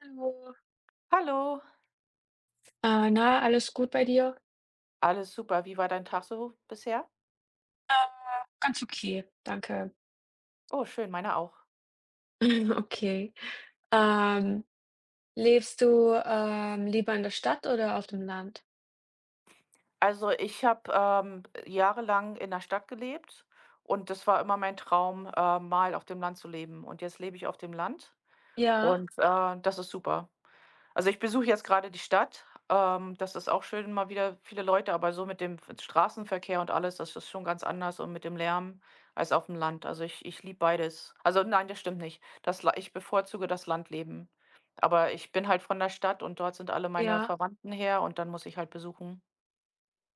Hallo. Hallo, Na, alles gut bei dir? alles super. Wie war dein Tag so bisher? Äh, Ganz okay, danke. Oh, schön, meiner auch. Okay. Ähm, Lebst du, lieber in der Stadt oder auf dem Land? Also, ich habe, jahrelang in der Stadt gelebt und das war immer mein Traum, mal auf dem Land zu leben. Und jetzt lebe ich auf dem Land Ja, und, das ist super. Also, ich besuche jetzt gerade die Stadt. Das ist auch schön, mal wieder viele Leute, aber so mit dem F Straßenverkehr und alles, das ist schon ganz anders und mit dem Lärm als auf dem Land. Also, ich liebe beides. Also, nein, das stimmt nicht. Das La Ich bevorzuge das Landleben. Aber ich bin halt von der Stadt und dort sind alle meine ja, Verwandten her und dann muss ich halt besuchen.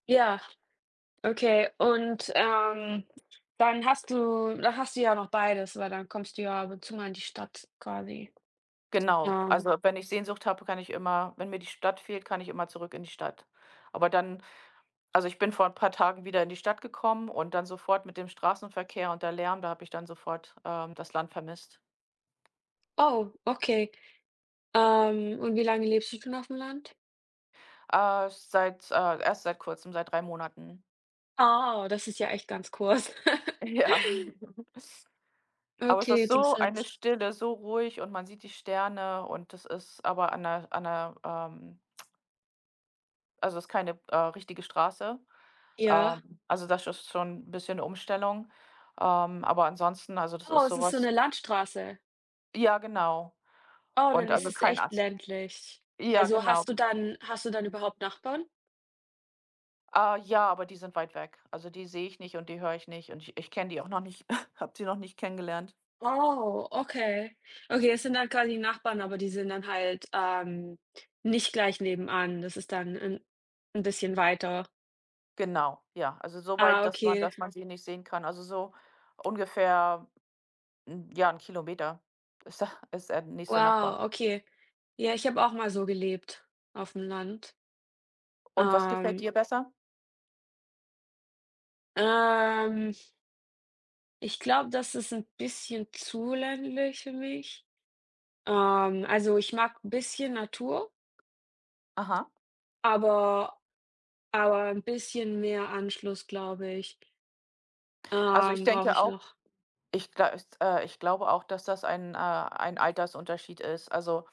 ja, okay. Und, dann hast du ja noch beides, weil dann kommst du ja ab und zu mal in die Stadt quasi. Genau. Ähm, Also, wenn ich Sehnsucht habe, kann ich immer wenn mir die Stadt fehlt, kann ich immer zurück in die Stadt. Aber dann Also, ich bin vor ein paar Tagen wieder in die Stadt gekommen und dann sofort mit dem Straßenverkehr und der Lärm, da habe ich dann sofort, das Land vermisst. oh, okay. Und wie lange lebst du schon auf dem Land? Seit Erst seit Kurzem, seit 3 Monaten. Oh, das ist ja echt ganz kurz. Ja. Aber es Okay, ist so interessant. eine Stille, so ruhig und man sieht die Sterne und das ist aber an also, es ist keine, richtige Straße. Ja. Also, das ist schon ein bisschen 'ne Umstellung. Aber ansonsten, also, das Oh, ist es ist so sowas. 'ne Landstraße. Ja, genau. Oh, dann Und ist also, es kein echt Ast ländlich. ja, Also, genau. hast du dann überhaupt Nachbarn? Ah, ja, aber die sind weit weg. Also, die sehe ich nicht und die höre ich nicht und ich kenne die auch noch nicht, habe sie noch nicht kennengelernt. Oh, okay. Okay, es sind dann quasi Nachbarn, aber die sind dann halt, nicht gleich nebenan. Das ist dann 'n bisschen weiter. Genau, ja. Also, so weit, Ah, dass man okay. dass man sie nicht sehen kann. Also, so ungefähr, ja, 1 Kilometer ist da ist der nächste Nachbar. Wow, okay. Ja, ich habe auch mal so gelebt auf'm Land. Und was gefällt Ähm, dir besser? ähm, Ich glaube, das ist 'n bisschen zu ländlich für mich. Also, ich mag 'n bisschen Natur. Aha. Aber aber ein bisschen mehr Anschluss, glaube ich, Also, ich brauche denke ich auch. noch. Ich glaube auch, dass das ein Altersunterschied ist, also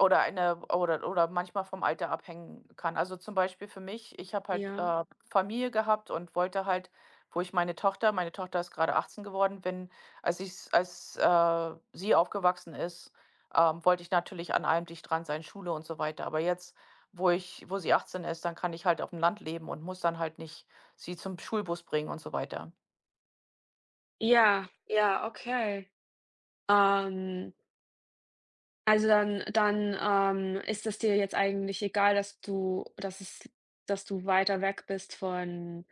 oder eine oder manchmal vom Alter abhängen kann. Also, zum Beispiel für mich, ich habe halt, Ja. Familie gehabt und wollte halt, wo ich meine Tochter ist gerade 18 geworden, wenn als ich's als, sie aufgewachsen ist, wollte ich natürlich an allem dicht dran sein, Schule und so weiter. Aber jetzt, wo sie 18 ist, dann kann ich halt auf dem Land leben und muss dann halt nicht sie zum Schulbus bringen und so weiter. Ja, ja, okay. Ähm, also dann, ist es dir jetzt eigentlich egal, dass du weiter weg bist von,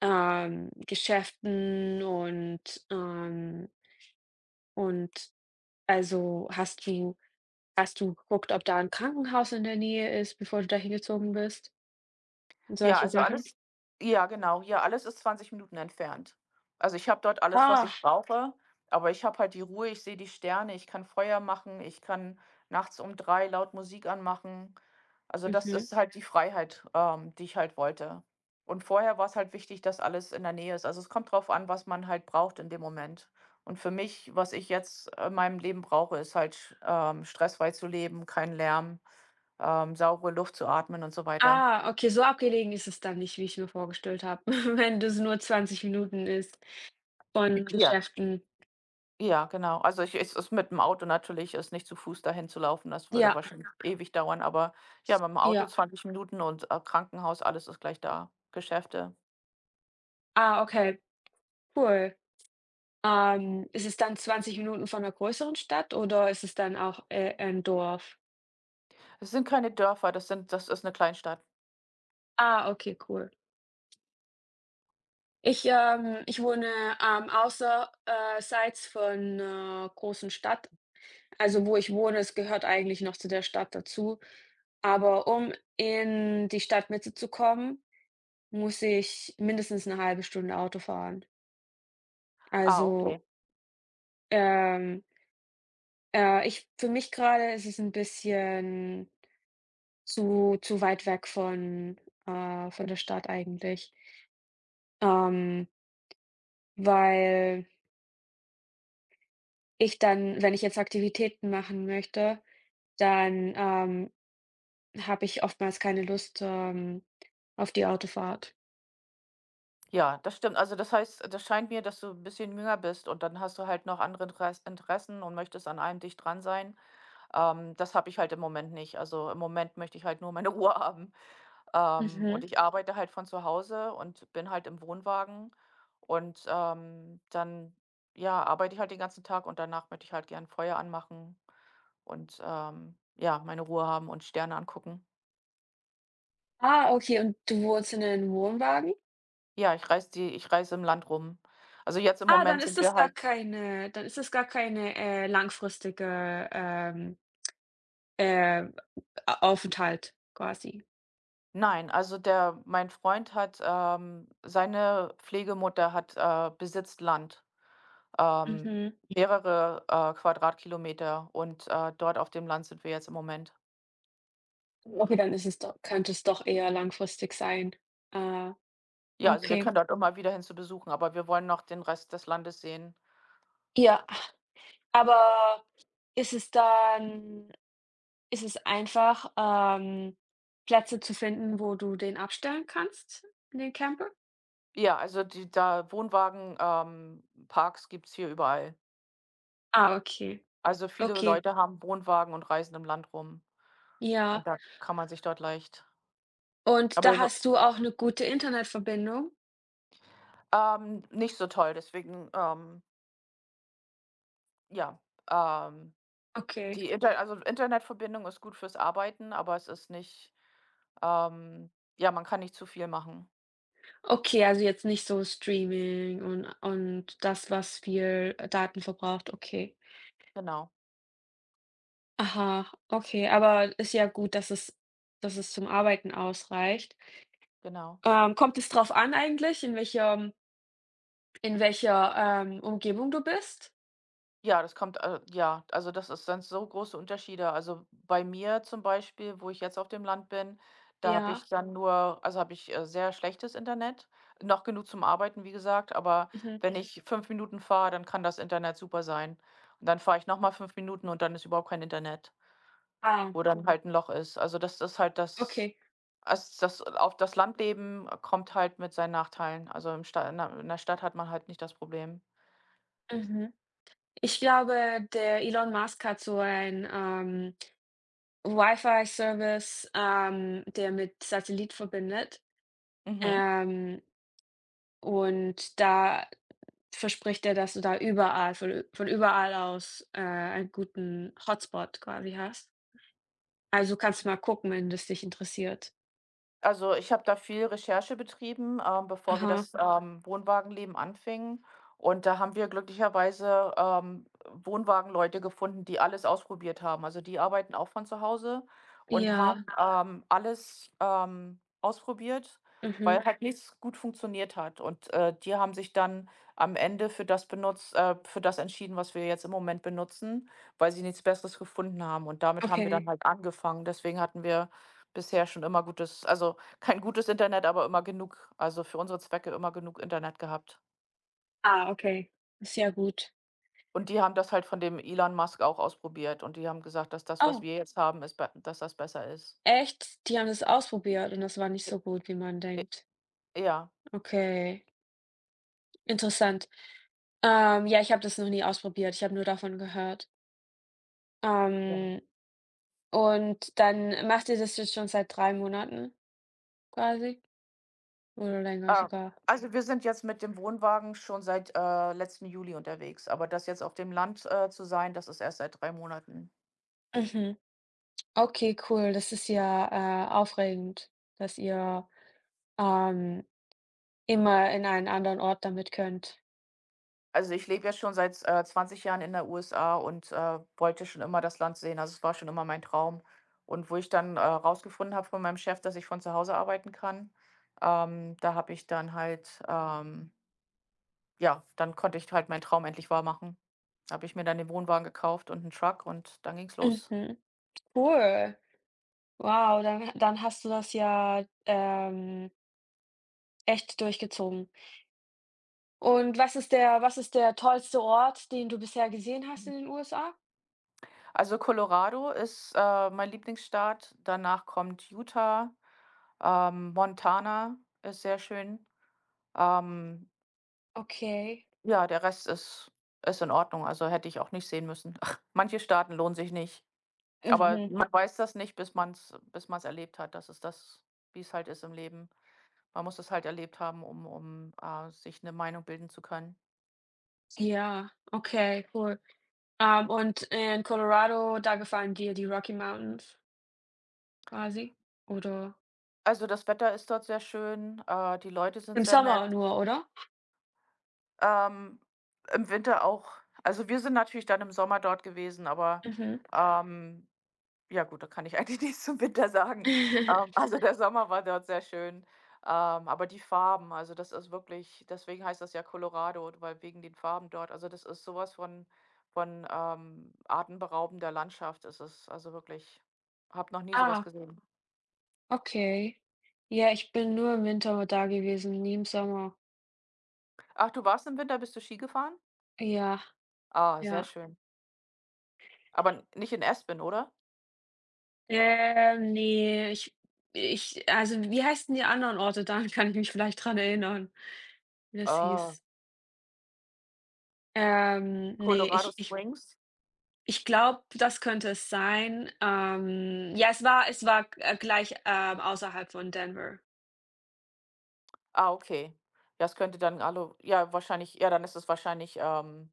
Geschäften und also hast du geguckt, ob da 'n Krankenhaus in der Nähe ist, bevor du da hingezogen bist und Ja, solche also Sachen? alles ja, genau. Ja, alles ist 20 Minuten entfernt. Also, ich habe dort alles, was Ah, ich brauche, aber ich habe halt die Ruhe, ich sehe die Sterne, ich kann Feuer machen, ich kann nachts um 3 laut Musik anmachen. Also, das mhm. ist halt die Freiheit, die ich halt wollte. Und vorher war es halt wichtig, dass alles in der Nähe ist. Also, es kommt drauf an, was man halt braucht in dem Moment. Und für mich, was ich jetzt in meinem Leben brauche, ist halt, stressfrei zu leben, kein Lärm, saubere Luft zu atmen und so weiter. Ah, okay, so abgelegen ist es dann nicht, wie ich mir vorgestellt habe, wenn das nur 20 Minuten ist von Ja. Geschäften. Ja, genau. Also, ich es ist mit dem Auto, natürlich ist nicht zu Fuß dahin zu laufen, das würde Ja, wahrscheinlich ewig dauern, aber ja, mit dem Auto ja. 20 Minuten und, Krankenhaus, alles ist gleich da, Geschäfte. Ah, okay, cool. Ist es dann 20 Minuten von einer größeren Stadt oder ist es dann auch, ein Dorf? Es sind keine Dörfer, das ist eine Kleinstadt. Ah, okay, cool. Ich wohne, außer von einer großen Stadt. Also, wo ich wohne, es gehört eigentlich noch zu der Stadt dazu. Aber um in die Stadtmitte zu kommen, muss ich mindestens eine halbe Stunde Auto fahren. Ah, okay. Also, ähm, ich für mich gerade ist es ein bisschen zu weit weg von der Stadt eigentlich. Ähm, Weil ich dann wenn ich jetzt Aktivitäten machen möchte, dann, habe ich oftmals keine Lust, auf die Autofahrt. Ja, das stimmt. Also, das heißt, das scheint mir, dass du ein bisschen jünger bist und dann hast du halt noch andere Interessen und möchtest an einem dicht dran sein. Das habe ich halt im Moment nicht. Also, im Moment möchte ich halt nur meine Ruhe haben. Und Mhm. ich arbeite halt von zu Hause und bin halt im Wohnwagen und, dann, ja, arbeite ich halt den ganzen Tag und danach möchte ich halt gern Feuer anmachen und, ja, meine Ruhe haben und Sterne angucken. Ah, okay, und du wohnst in einem Wohnwagen? Ja, ich reise im Land rum. Also, jetzt im Ah, Moment sind wir halt. Dann ist das gar keine, langfristige, äh, A Aufenthalt quasi. Nein, also, der mein Freund hat, seine Pflegemutter besitzt Land, ähm, Mhm. mehrere, Quadratkilometer und, dort auf dem Land sind wir jetzt im Moment. Okay, dann ist es doch könnte es doch eher langfristig sein. Äh, Ja, also wir können okay. dort immer wieder hin zu besuchen, aber wir wollen noch den Rest des Landes sehen. Ja, aber ist es dann ist es einfach, Plätze zu finden, wo du den abstellen kannst, den Camper? Ja, also die da Wohnwagen Parks gibt's hier überall. Ah, okay. Also viele Okay, Leute haben Wohnwagen und reisen im Land rum und ja. da kann man sich dort leicht. Und da aber so- hast du auch eine gute Internetverbindung? Nicht so toll, deswegen, ja, ähm, Okay. die Internetverbindung ist gut fürs Arbeiten, aber es ist nicht, ähm, ja, man kann nicht zu viel machen. Okay, also jetzt nicht so Streaming und das, was viel, Daten verbraucht, okay. Genau, Aha, okay, aber ist ja gut, dass es zum Arbeiten ausreicht. genau. Kommt es drauf an eigentlich, in welcher, Umgebung du bist? Ja, das kommt, ja, also, das ist dann so große Unterschiede. Also, bei mir zum Beispiel, wo ich jetzt auf dem Land bin, da habe ich Ja, dann nur, also, habe ich, sehr schlechtes Internet, noch genug zum Arbeiten, wie gesagt, aber mhm. wenn, ich 5 Minuten fahre, dann kann das Internet super sein. Und dann fahre ich noch mal 5 Minuten und dann ist überhaupt kein Internet, Ah, wo dann halt ein Loch ist. Also, das ist halt das okay, also das auf das Landleben kommt halt mit seinen Nachteilen. Also, im Sta in der in 'ner Stadt hat man halt nicht das Problem. mhm. Ich glaube, der Elon Musk hat so ein, Wi-Fi-Service, der mit Satellit verbindet, Mhm. ähm, und da verspricht er, dass du da überall von überall aus, einen guten Hotspot quasi hast. Also, kannst du mal gucken, wenn das dich interessiert. Also, ich habe da viel Recherche betrieben, bevor wir Aha. das, Wohnwagenleben anfingen. Und da haben wir glücklicherweise, Wohnwagenleute gefunden, die alles ausprobiert haben. Also, die arbeiten auch von zu Hause und haben, Ja, alles, ausprobiert, mhm, weil halt nichts gut funktioniert hat. Und, die haben sich dann am Ende für das entschieden, was wir jetzt im Moment benutzen, weil sie nichts Besseres gefunden haben. Und damit haben wir dann okay. halt angefangen. Deswegen hatten wir bisher schon immer gutes, also, kein gutes Internet, aber immer genug, also, für unsere Zwecke immer genug Internet gehabt. Ah, okay. Ist ja gut. Und die haben das halt von dem Elon Musk auch ausprobiert und die haben gesagt, dass das, was Oh, wir jetzt haben, ist be dass das besser ist. echt? Die haben das ausprobiert und das war nicht J so gut, wie man j denkt. Ja, Okay, interessant. Ja, ich habe das noch nie ausprobiert. Ich habe nur davon gehört. ja. Ähm, und dann macht ihr das jetzt schon seit 3 Monaten quasi oder länger Ah, sogar? also, wir sind jetzt mit dem Wohnwagen schon seit, letzten Juli unterwegs, aber das jetzt auf dem Land, zu sein, das ist erst seit 3 Monaten. Mhm. Okay, cool. Das ist ja, aufregend, dass ihr, ähm, immer in einen anderen Ort damit könnt. Also, ich lebe ja schon seit, 20 Jahren in der USA und, wollte schon immer das Land sehen. Also, es war schon immer mein Traum. Und wo ich dann, rausgefunden habe von meinem Chef, dass ich von zu Hause arbeiten kann, da habe ich dann halt, ja, dann konnte ich halt meinen Traum endlich wahr machen. Habe ich mir dann den Wohnwagen gekauft und einen Truck und dann ging's los. Mhm, cool. Wow, dann hast du das ja, echt durchgezogen. Und was ist der tollste Ort, den du bisher gesehen hast in den USA? Also, Colorado ist, mein Lieblingsstaat. Danach kommt Utah, Montana ist sehr schön. Ähm, Okay. Ja, der Rest ist in Ordnung, also hätte ich auch nicht sehen müssen. Manche Staaten lohnen sich nicht, aber Mhm. man weiß das nicht, bis man's erlebt hat. Das ist das, wie es halt ist im Leben. Man muss es halt erlebt haben, um sich eine Meinung bilden zu können. Ja, okay, cool. Und in Colorado, da gefallen dir die Rocky Mountains quasi? Oder Also, das Wetter ist dort sehr schön, die Leute sind im sehr nett. Sommer nur, oder? Ähm, Im Winter auch, also, wir sind natürlich dann im Sommer dort gewesen, aber, Mhm. ähm ja gut, da kann ich eigentlich nichts zum Winter sagen. Also, der Sommer war dort sehr schön, aber die Farben, also, das ist wirklich, deswegen heißt das ja Colorado, weil wegen den Farben dort. Also, das ist sowas von, atemberaubender Landschaft ist es. Ist Also, wirklich, habe noch nie sowas Ah, gesehen. okay. Ja, ich bin nur im Winter da gewesen, nie im Sommer. Ach, du warst im Winter, bist du Ski gefahren? Ja, Ah, sehr ja. schön. Aber n nicht in Aspen, oder? Ne, ich ich also, wie heißen die anderen Orte? Daran kann ich mich vielleicht dran erinnern, wie das Ah, hieß. Ne, Colorado ich ich Springs? ich glaube, das könnte es sein. Ja, es war, gleich, außerhalb von Denver. Ah, okay. Ja, es könnte dann, also, ja, wahrscheinlich, ja, dann ist es wahrscheinlich,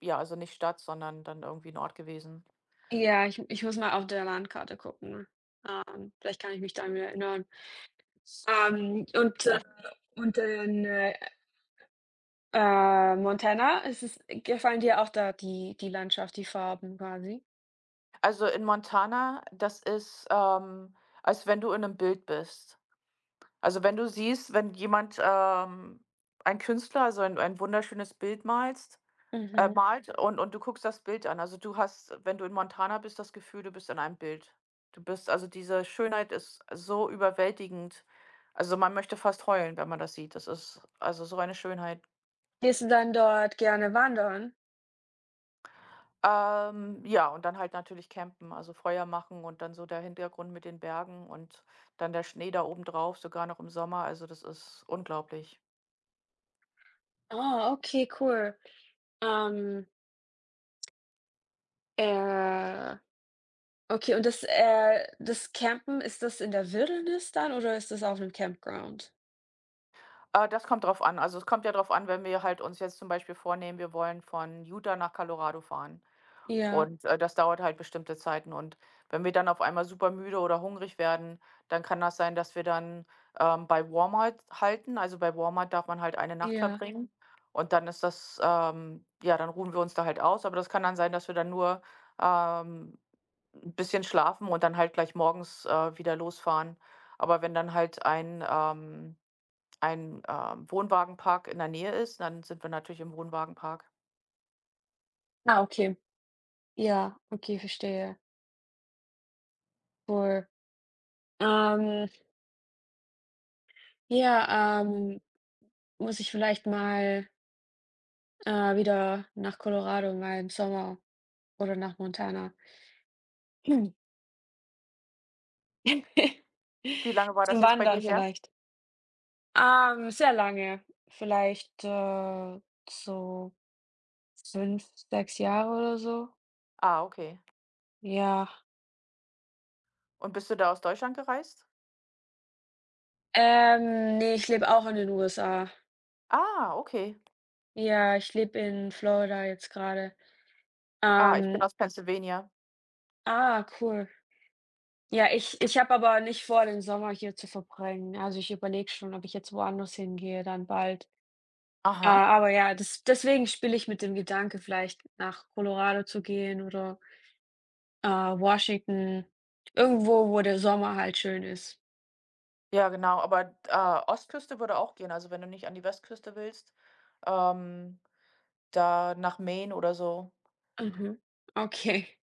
ja, also nicht Stadt, sondern dann irgendwie 'n Ort gewesen. Ja, ich muss mal auf der Landkarte gucken. Vielleicht kann ich mich daran wieder erinnern. Ähm, und, äh und dann, Montana, ist es gefallen dir auch da die Landschaft, die Farben quasi? Also, in Montana, das ist, als wenn du in 'nem Bild bist. Also, wenn du siehst, wenn jemand, ein Künstler, also ein wunderschönes Bild malst Mhm. malt und du guckst das Bild an. Also, du hast, wenn du in Montana bist, das Gefühl, du bist in einem Bild. Du bist also Diese Schönheit ist so überwältigend. Also, man möchte fast heulen, wenn man das sieht. Das ist also so eine Schönheit. Gehst du dann dort gerne wandern? Ja, und dann halt natürlich campen, also Feuer machen und dann so der Hintergrund mit den Bergen und dann der Schnee da oben drauf sogar noch im Sommer. Also, das ist unglaublich. Ah, okay, cool. Ähm, äh, okay, und das Campen, ist das in der Wildnis dann oder ist das auf 'nem Campground? Das kommt drauf an. Also, es kommt ja drauf an, wenn wir halt uns jetzt zum Beispiel vornehmen, wir wollen von Utah nach Colorado fahren. Ja, Und, das dauert halt bestimmte Zeiten. Und wenn wir dann auf einmal super müde oder hungrig werden, dann kann das sein, dass wir dann, bei Walmart halten. Also, bei Walmart darf man halt eine Nacht ja. verbringen. Und dann ist das, ja, dann ruhen wir uns da halt aus. Aber das kann dann sein, dass wir dann nur, ähm, 'n bisschen schlafen und dann halt gleich morgens, wieder losfahren. Aber wenn dann halt ein, Wohnwagenpark in der Nähe ist, dann sind wir natürlich im Wohnwagenpark. Ah, okay. Ja, okay, verstehe. Cool. Ähm, ja, muss ich vielleicht mal wieder nach Colorado mal im Sommer oder nach Montana. Hm. Wie lange war das Zum jetzt bei dir Wandern her? vielleicht? Sehr lange, vielleicht, so 5, 6 Jahre oder so. Ah, okay. Ja. Und bist du da aus Deutschland gereist? Ne, ich lebe auch in den USA. Ah, okay. Ja, ich lebe in Florida jetzt gerade. Ah, ich bin Ähm, aus Pennsylvania. ah, cool. Ja, ich habe aber nicht vor, den Sommer hier zu verbringen. Also, ich überlege schon, ob ich jetzt woanders hingehe dann bald. Aha. Ja, aber ja, deswegen spiele ich mit dem Gedanke, vielleicht nach Colorado zu gehen oder, Washington, irgendwo, wo der Sommer halt schön ist. Ja, genau, aber, Ostküste würde auch gehen. Also, wenn du nicht an die Westküste willst, ähm, da nach Maine oder so. Mhm. Okay.